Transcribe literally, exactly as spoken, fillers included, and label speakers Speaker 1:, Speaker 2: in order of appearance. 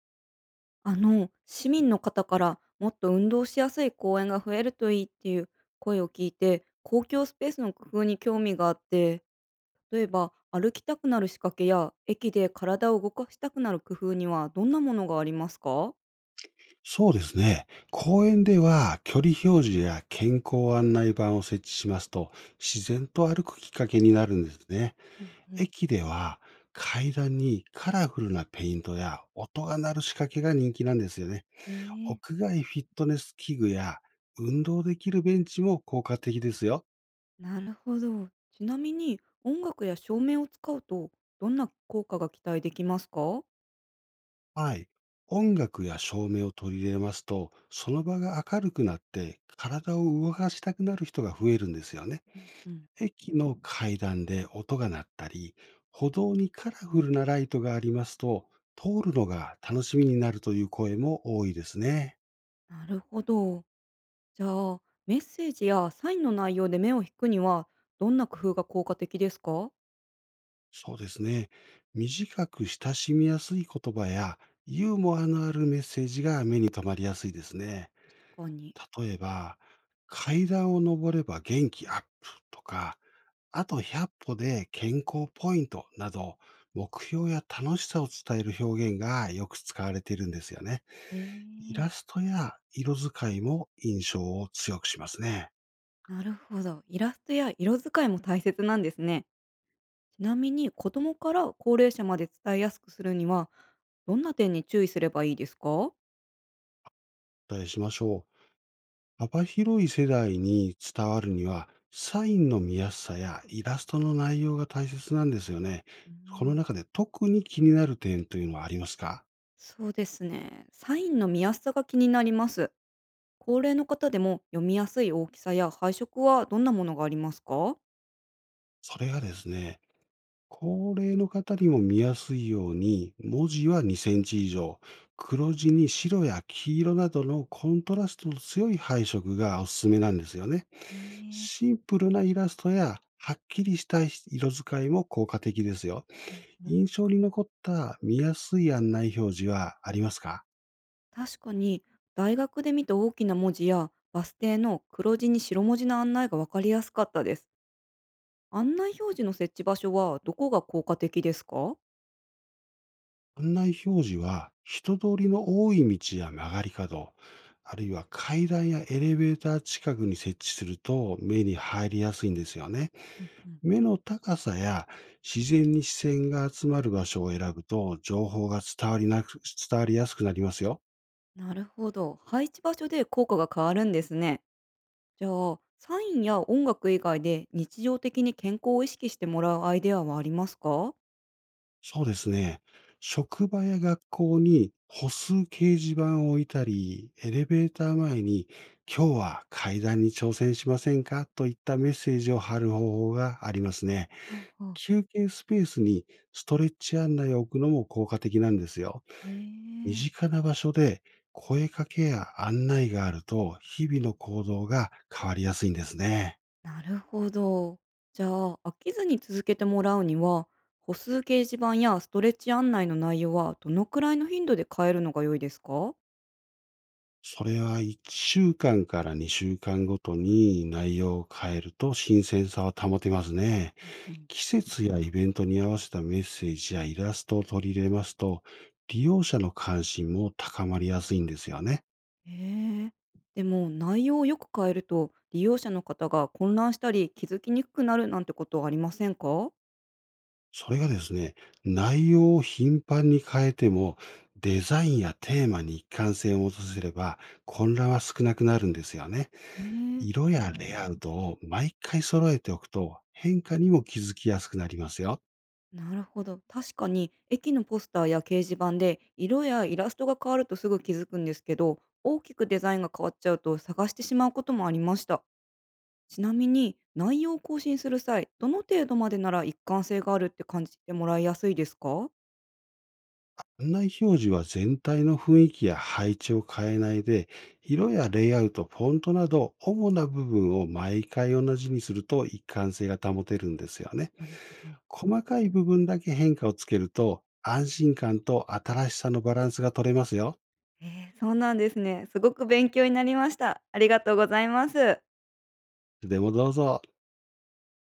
Speaker 1: あの、市民の方からもっと運動しやすい公園が増えるといいっていう声を聞いて、公共スペースの工夫に興味があって、例えば歩きたくなる仕掛けや駅で体を動かしたくなる工夫にはどんなものがありますか？
Speaker 2: そうですね。公園では距離表示や健康案内板を設置しますと、自然と歩くきっかけになるんですね。
Speaker 1: うんうん。
Speaker 2: 駅では階段にカラフルなペイントや音が鳴る仕掛けが人気なんですよね。
Speaker 1: ええ。
Speaker 2: 屋外フィットネス器具や運動できるベンチも効果的ですよ。
Speaker 1: なるほど。ちなみに音楽や照明を使うとどんな効果が期待できますか？
Speaker 2: はい。音楽や照明を取り入れますと、その場が明るくなって体を動かしたくなる人が増えるんですよね。
Speaker 1: うんうん。
Speaker 2: 駅の階段で音が鳴ったり、歩道にカラフルなライトがありますと、通るのが楽しみになるという声も多いですね。
Speaker 1: なるほど。じゃあ、メッセージやサインの内容で目を引くには、どんな工夫が効果的ですか？
Speaker 2: そうですね。短く親しみやすい言葉や、ユーモアのあるメッセージが目に留まりやすいですね。
Speaker 1: 確かに。
Speaker 2: 例えば、階段を登れば元気アップとか、あとひゃっぽ歩で健康ポイントなど、目標や楽しさを伝える表現がよく使われているんですよね。イ
Speaker 1: え
Speaker 2: ラ
Speaker 1: え。
Speaker 2: ストや色使いも印象を強くしますね。
Speaker 1: なるほど。イラストや色使いも大切なんですね。ちなみに子供から高齢者まで伝えやすくするには、どんな点に注意すればいいですか？
Speaker 2: お伝えしましょう。幅広い世代に伝わるには、サインの見やすさやイラストの内容が大切なんですよね。
Speaker 1: うー
Speaker 2: この
Speaker 1: ん。
Speaker 2: 中で特に気になる点というのはありますか？
Speaker 1: そうですね。サインの見やすさが気になります。高齢の方でも読みやすい大きさや配色はどんなものがありますか？
Speaker 2: それがですね、高齢の方にも見やすいように、文字はにセンチ以上、黒地に白や黄色などのコントラストの強い配色がおすすめなんですよね。
Speaker 1: ええ。
Speaker 2: シンプルなイラストや、はっきりした色使いも効果的ですよ。
Speaker 1: うんうん。
Speaker 2: 印象に残った見やすい案内表示はありますか？
Speaker 1: 確かに、大学で見た大きな文字やバス停の黒字に白文字の案内が分かりやすかったです。案内表示の設置場所はどこが効果的ですか？
Speaker 2: 案内表示は、人通りの多い道や曲がり角、あるいは階段やエレベーター近くに設置すると目に入りやすいんですよね。
Speaker 1: うんうん。
Speaker 2: 目の高さや自然に視線が集まる場所を選ぶと情報が伝わりなく、伝わりやすくなりますよ。
Speaker 1: なるほど。配置場所で効果が変わるんですね。じゃあ、サインや音楽以外で日常的に健康を意識してもらうアイデアはありますか？ほ
Speaker 2: そうですね。職場や学校に歩数掲示板を置いたり、エレベーター前に今日は階段に挑戦しませんかといったメッセージを貼る方法がありますね。
Speaker 1: うほう。
Speaker 2: 休憩スペースにストレッチ案内を置くのも効果的なんですよ。
Speaker 1: へ
Speaker 2: 身
Speaker 1: え。
Speaker 2: 近な場所で声かけや案内があると日々の行動が変わりやすいんですね。
Speaker 1: なるほど。じゃあ、飽きずに続けてもらうには、歩数掲示板やストレッチ案内の内容はどのくらいの頻度で変えるのが良いですか？
Speaker 2: それはいっしゅうかんかんからにしゅうかんごとに内容を変えると新鮮さを保てますね。
Speaker 1: うんうん。
Speaker 2: 季節やイベントに合わせたメッセージやイラストを取り入れますと、利用者の関心も高まりやすいんですよね。
Speaker 1: へえ。でも、内容をよく変えると、利用者の方が混乱したり気づきにくくなるなんてことはありませんか？
Speaker 2: それがですね、内容を頻繁に変えても、デザインやテーマに一貫性を持たせれば、混乱は少なくなるんですよね。
Speaker 1: ねえ。
Speaker 2: 色やレイアウトを毎回揃えておくと、変化にも気づきやすくなりますよ。
Speaker 1: なるほど。確かに、駅のポスターや掲示板で色やイラストが変わるとすぐ気づくんですけど、大きくデザインが変わっちゃうと探してしまうこともありました。ちなみに、内容を更新する際、どの程度までなら一貫性があるって感じてもらいやすいですか？
Speaker 2: 案内表示は全体の雰囲気や配置を変えないで、色やレイアウト、フォントなど、主な部分を毎回同じにすると一貫性が保てるんですよね。
Speaker 1: なるほど。
Speaker 2: 細かい部分だけ変化をつけると、安心感と新しさのバランスが取れますよ。
Speaker 1: えーそうなんですね。すごく勉強になりました。ありがとうございます。
Speaker 2: いつでもどうぞ。